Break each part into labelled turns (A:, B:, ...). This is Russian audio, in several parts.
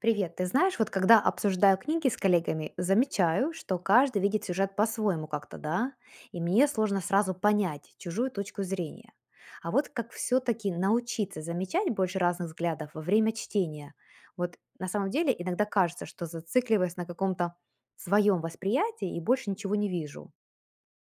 A: Привет, ты знаешь, вот когда обсуждаю книги с коллегами, замечаю, что каждый видит сюжет по-своему как-то, да? И мне сложно сразу понять чужую точку зрения. А вот как все-таки научиться замечать больше разных взглядов во время чтения? Вот на самом деле иногда кажется, что зацикливаясь на каком-то своем восприятии и больше ничего не вижу.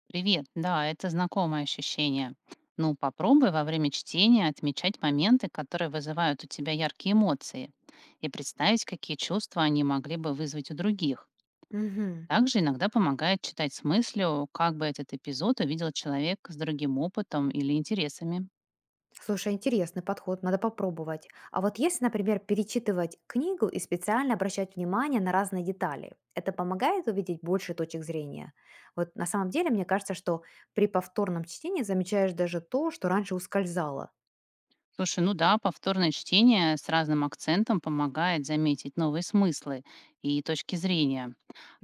B: Привет, да, это знакомое ощущение. Ну, попробуй во время чтения отмечать моменты, которые вызывают у тебя яркие эмоции, и представить, какие чувства они могли бы вызвать у других.
A: Мгм.
B: Также иногда помогает читать с мыслью, как бы этот эпизод увидел человек с другим опытом или интересами.
A: Слушай, интересный подход, надо попробовать. А вот если, например, перечитывать книгу и специально обращать внимание на разные детали, это помогает увидеть больше точек зрения. Вот на самом деле, мне кажется, что при повторном чтении замечаешь даже то, что раньше ускользало.
B: Слушай, ну да, повторное чтение с разным акцентом помогает заметить новые смыслы и точки зрения.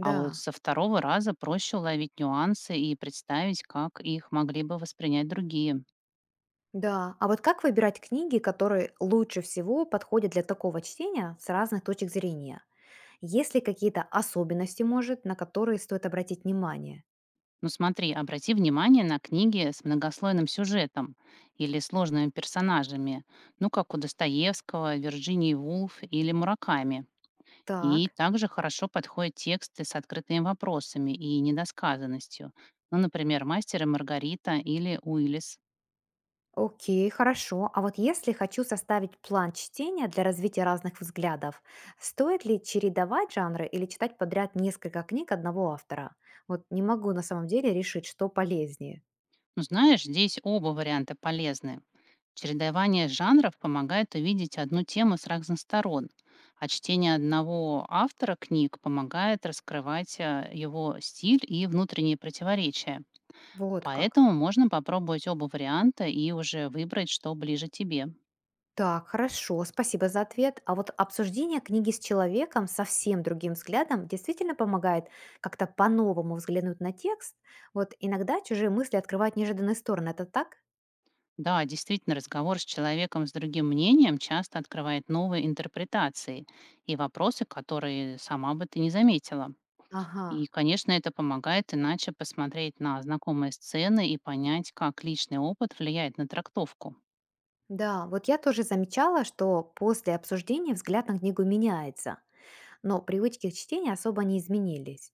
B: А вот
A: Да,
B: со второго раза проще уловить нюансы и представить, как их могли бы воспринять другие.
A: да. А вот как выбирать книги, которые лучше всего подходят для такого чтения с разных точек зрения? Есть ли какие-то особенности, может, на которые стоит обратить внимание?
B: Ну смотри, обрати внимание на книги с многослойным сюжетом или сложными персонажами, ну как у Достоевского, Вирджинии Вулф или Мураками. И
A: Так.
B: также хорошо подходят тексты с открытыми вопросами и недосказанностью. Ну, например, «Мастер и Маргарита» или «Уиллис».
A: Окей, хорошо. А вот если хочу составить план чтения для развития разных взглядов, стоит ли чередовать жанры или читать подряд несколько книг одного автора? Вот не могу на самом деле решить, что полезнее.
B: Ну, знаешь, здесь оба варианта полезны. Чередование жанров помогает увидеть одну тему с разных сторон, а чтение одного автора книг помогает раскрывать его стиль и внутренние противоречия.
A: Вот как.
B: Поэтому можно попробовать оба варианта и уже выбрать, что ближе тебе.
A: Так, хорошо, спасибо за ответ. А вот обсуждение книги с человеком совсем другим взглядом действительно помогает как-то по-новому взглянуть на текст. Вот иногда чужие мысли открывают неожиданные стороны, это так?
B: Да, действительно, разговор с человеком с другим мнением часто открывает новые интерпретации и вопросы, которые сама бы ты не заметила.
A: Ага.
B: И, конечно, это помогает иначе посмотреть на знакомые сцены и понять, как личный опыт влияет на трактовку.
A: Да, вот я тоже замечала, что после обсуждения взгляд на книгу меняется, но привычки к чтению особо не изменились.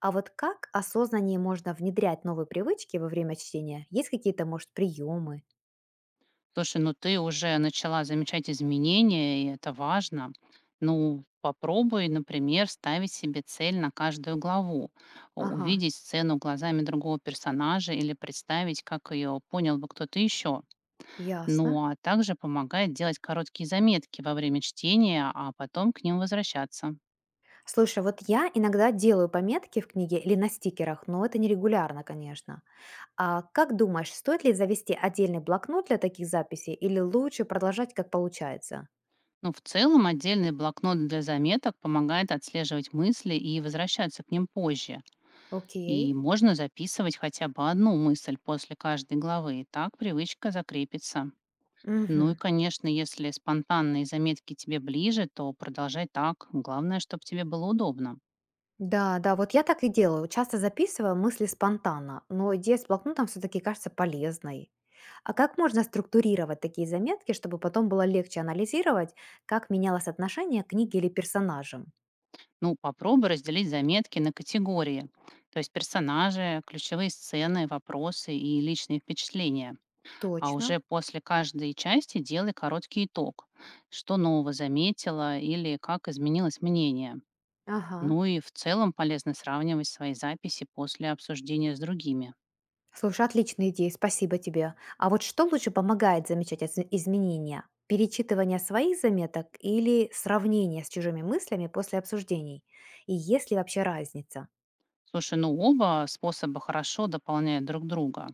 A: А вот как осознаннее можно внедрять новые привычки во время чтения? Есть какие-то, может, приемы?
B: Слушай, ну ты уже начала замечать изменения, и это важно. Ну, попробуй, например, ставить себе цель на каждую главу,
A: Ага,
B: увидеть сцену глазами другого персонажа или представить, как ее понял бы кто-то еще.
A: ясно.
B: Ну, а также помогает делать короткие заметки во время чтения, а потом к ним возвращаться.
A: Слушай, вот я иногда делаю пометки в книге или на стикерах, но это нерегулярно, конечно. А как думаешь, стоит ли завести отдельный блокнот для таких записей или лучше продолжать, как получается?
B: Ну, в целом, отдельный блокнот для заметок помогает отслеживать мысли и возвращаться к ним позже.
A: Окей.
B: И можно записывать хотя бы одну мысль после каждой главы. И так привычка закрепится. Ну и,
A: Мгм.
B: конечно, если спонтанные заметки тебе ближе, то продолжай так. Главное, чтобы тебе было удобно.
A: Да, да, вот я так и делаю. Часто записываю мысли спонтанно, но идея с блокнотом все-таки кажется полезной. А как можно структурировать такие заметки, чтобы потом было легче анализировать, как менялось отношение к книге или персонажам?
B: Ну, попробуй разделить заметки на категории, то есть персонажи, ключевые сцены, вопросы и личные впечатления. А
A: Точно.
B: уже после каждой части делай короткий итог, что нового заметила или как изменилось мнение.
A: Ага.
B: Ну и в целом полезно сравнивать свои записи после обсуждения с другими.
A: Слушай, отличная идея, спасибо тебе. А вот что лучше помогает замечать изменения? Перечитывание своих заметок или сравнение с чужими мыслями после обсуждений? И есть ли вообще разница?
B: Слушай, ну оба способа хорошо дополняют друг друга.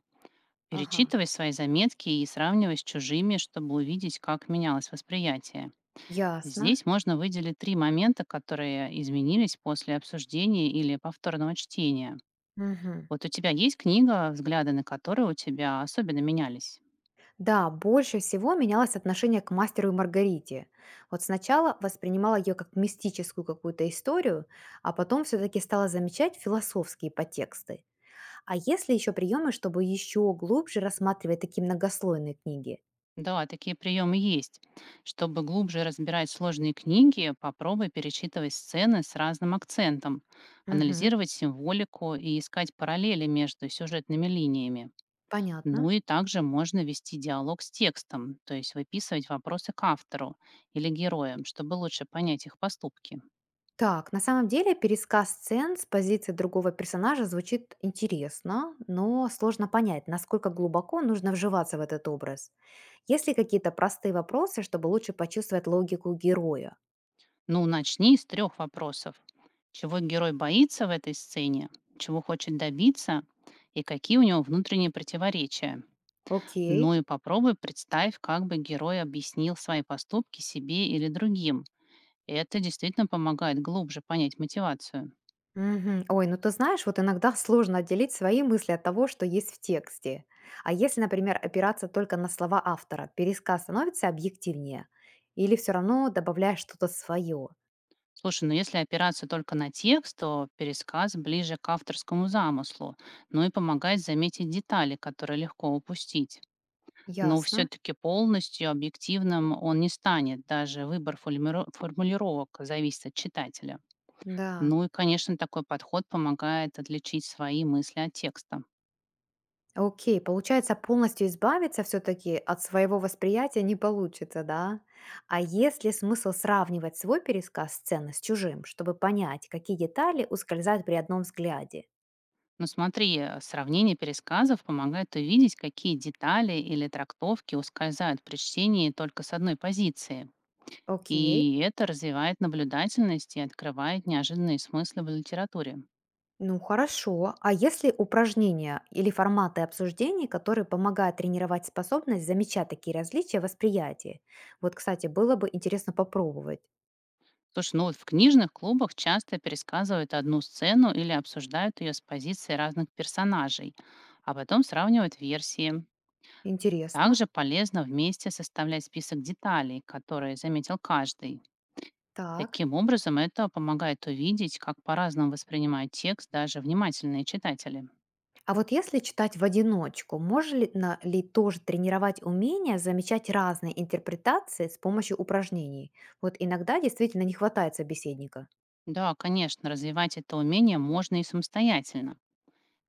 A: Ага.
B: Перечитывай свои заметки и сравнивай с чужими, чтобы увидеть, как менялось восприятие.
A: Ясно.
B: Здесь можно выделить три момента, которые изменились после обсуждения или повторного чтения.
A: Мгм.
B: Вот у тебя есть книга, взгляды на которую у тебя особенно менялись?
A: Да, больше всего менялось отношение к мастеру и Маргарите. Вот сначала воспринимала ее как мистическую какую-то историю, а потом все-таки стала замечать философские подтексты. А если еще приемы, чтобы еще глубже рассматривать такие многослойные книги?
B: Да, такие приемы есть. Чтобы глубже разбирать сложные книги, попробуй перечитывать сцены с разным акцентом,
A: Угу,
B: анализировать символику и искать параллели между сюжетными линиями. Ну
A: понятно.
B: и также можно вести диалог с текстом, то есть выписывать вопросы к автору или героям, чтобы лучше понять их поступки.
A: Так, на самом деле пересказ сцен с позиции другого персонажа звучит интересно, но сложно понять, насколько глубоко нужно вживаться в этот образ. Есть ли какие-то простые вопросы, чтобы лучше почувствовать логику героя?
B: Ну, начни с трех вопросов. Чего герой боится в этой сцене, чего хочет добиться и какие у него внутренние противоречия. Ну
A: Окей.
B: и попробуй представь, как бы герой объяснил свои поступки себе или другим. И это действительно помогает глубже понять мотивацию.
A: Мгм. Ой, ну ты знаешь, вот иногда сложно отделить свои мысли от того, что есть в тексте. А если, например, опираться только на слова автора, пересказ становится объективнее? Или все равно добавляешь что-то свое?
B: Слушай, ну если опираться только на текст, то пересказ ближе к авторскому замыслу, ну и помогает заметить детали, которые легко упустить. Но
A: Ясно.
B: все-таки полностью объективным он не станет, даже выбор формулировок зависит от читателя.
A: Да.
B: Ну и, конечно, такой подход помогает отличить свои мысли от текста.
A: Окей, получается, полностью избавиться все-таки от своего восприятия не получится, да? А есть ли смысл сравнивать свой пересказ сцены с чужим, чтобы понять, какие детали ускользают при одном взгляде?
B: Но смотри, сравнение пересказов помогает увидеть, какие детали или трактовки ускользают при чтении только с одной позиции.
A: Окей.
B: И это развивает наблюдательность и открывает неожиданные смыслы в литературе.
A: Ну хорошо. А если упражнения или форматы обсуждений, которые помогают тренировать способность замечать такие различия восприятия? Вот, кстати, было бы интересно попробовать.
B: Слушай, ну вот в книжных клубах часто пересказывают одну сцену или обсуждают ее с позиции разных персонажей, а потом сравнивают версии.
A: Интересно.
B: Также полезно вместе составлять список деталей, которые заметил каждый.
A: Так.
B: Таким образом, это помогает увидеть, как по-разному воспринимают текст даже внимательные читатели.
A: А вот если читать в одиночку, можно ли, ли тоже тренировать умение замечать разные интерпретации с помощью упражнений? Вот иногда действительно не хватает собеседника.
B: Да, конечно, развивать это умение можно и самостоятельно.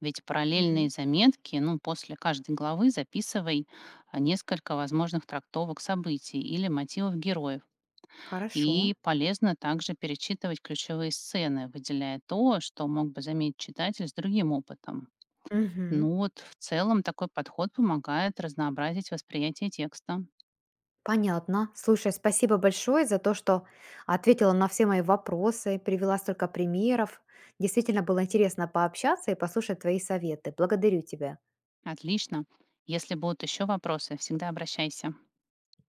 B: Ведь
A: Мгм.
B: параллельные заметки, ну, после каждой главы записывай несколько возможных трактовок событий или мотивов героев.
A: Хорошо.
B: И полезно также перечитывать ключевые сцены, выделяя то, что мог бы заметить читатель с другим опытом.
A: Мгм.
B: Ну вот, в целом такой подход помогает разнообразить восприятие текста.
A: Понятно. Слушай, спасибо большое за то, что ответила на все мои вопросы, привела столько примеров. Действительно было интересно пообщаться и послушать твои советы. Благодарю тебя.
B: Отлично. Если будут еще вопросы, всегда обращайся.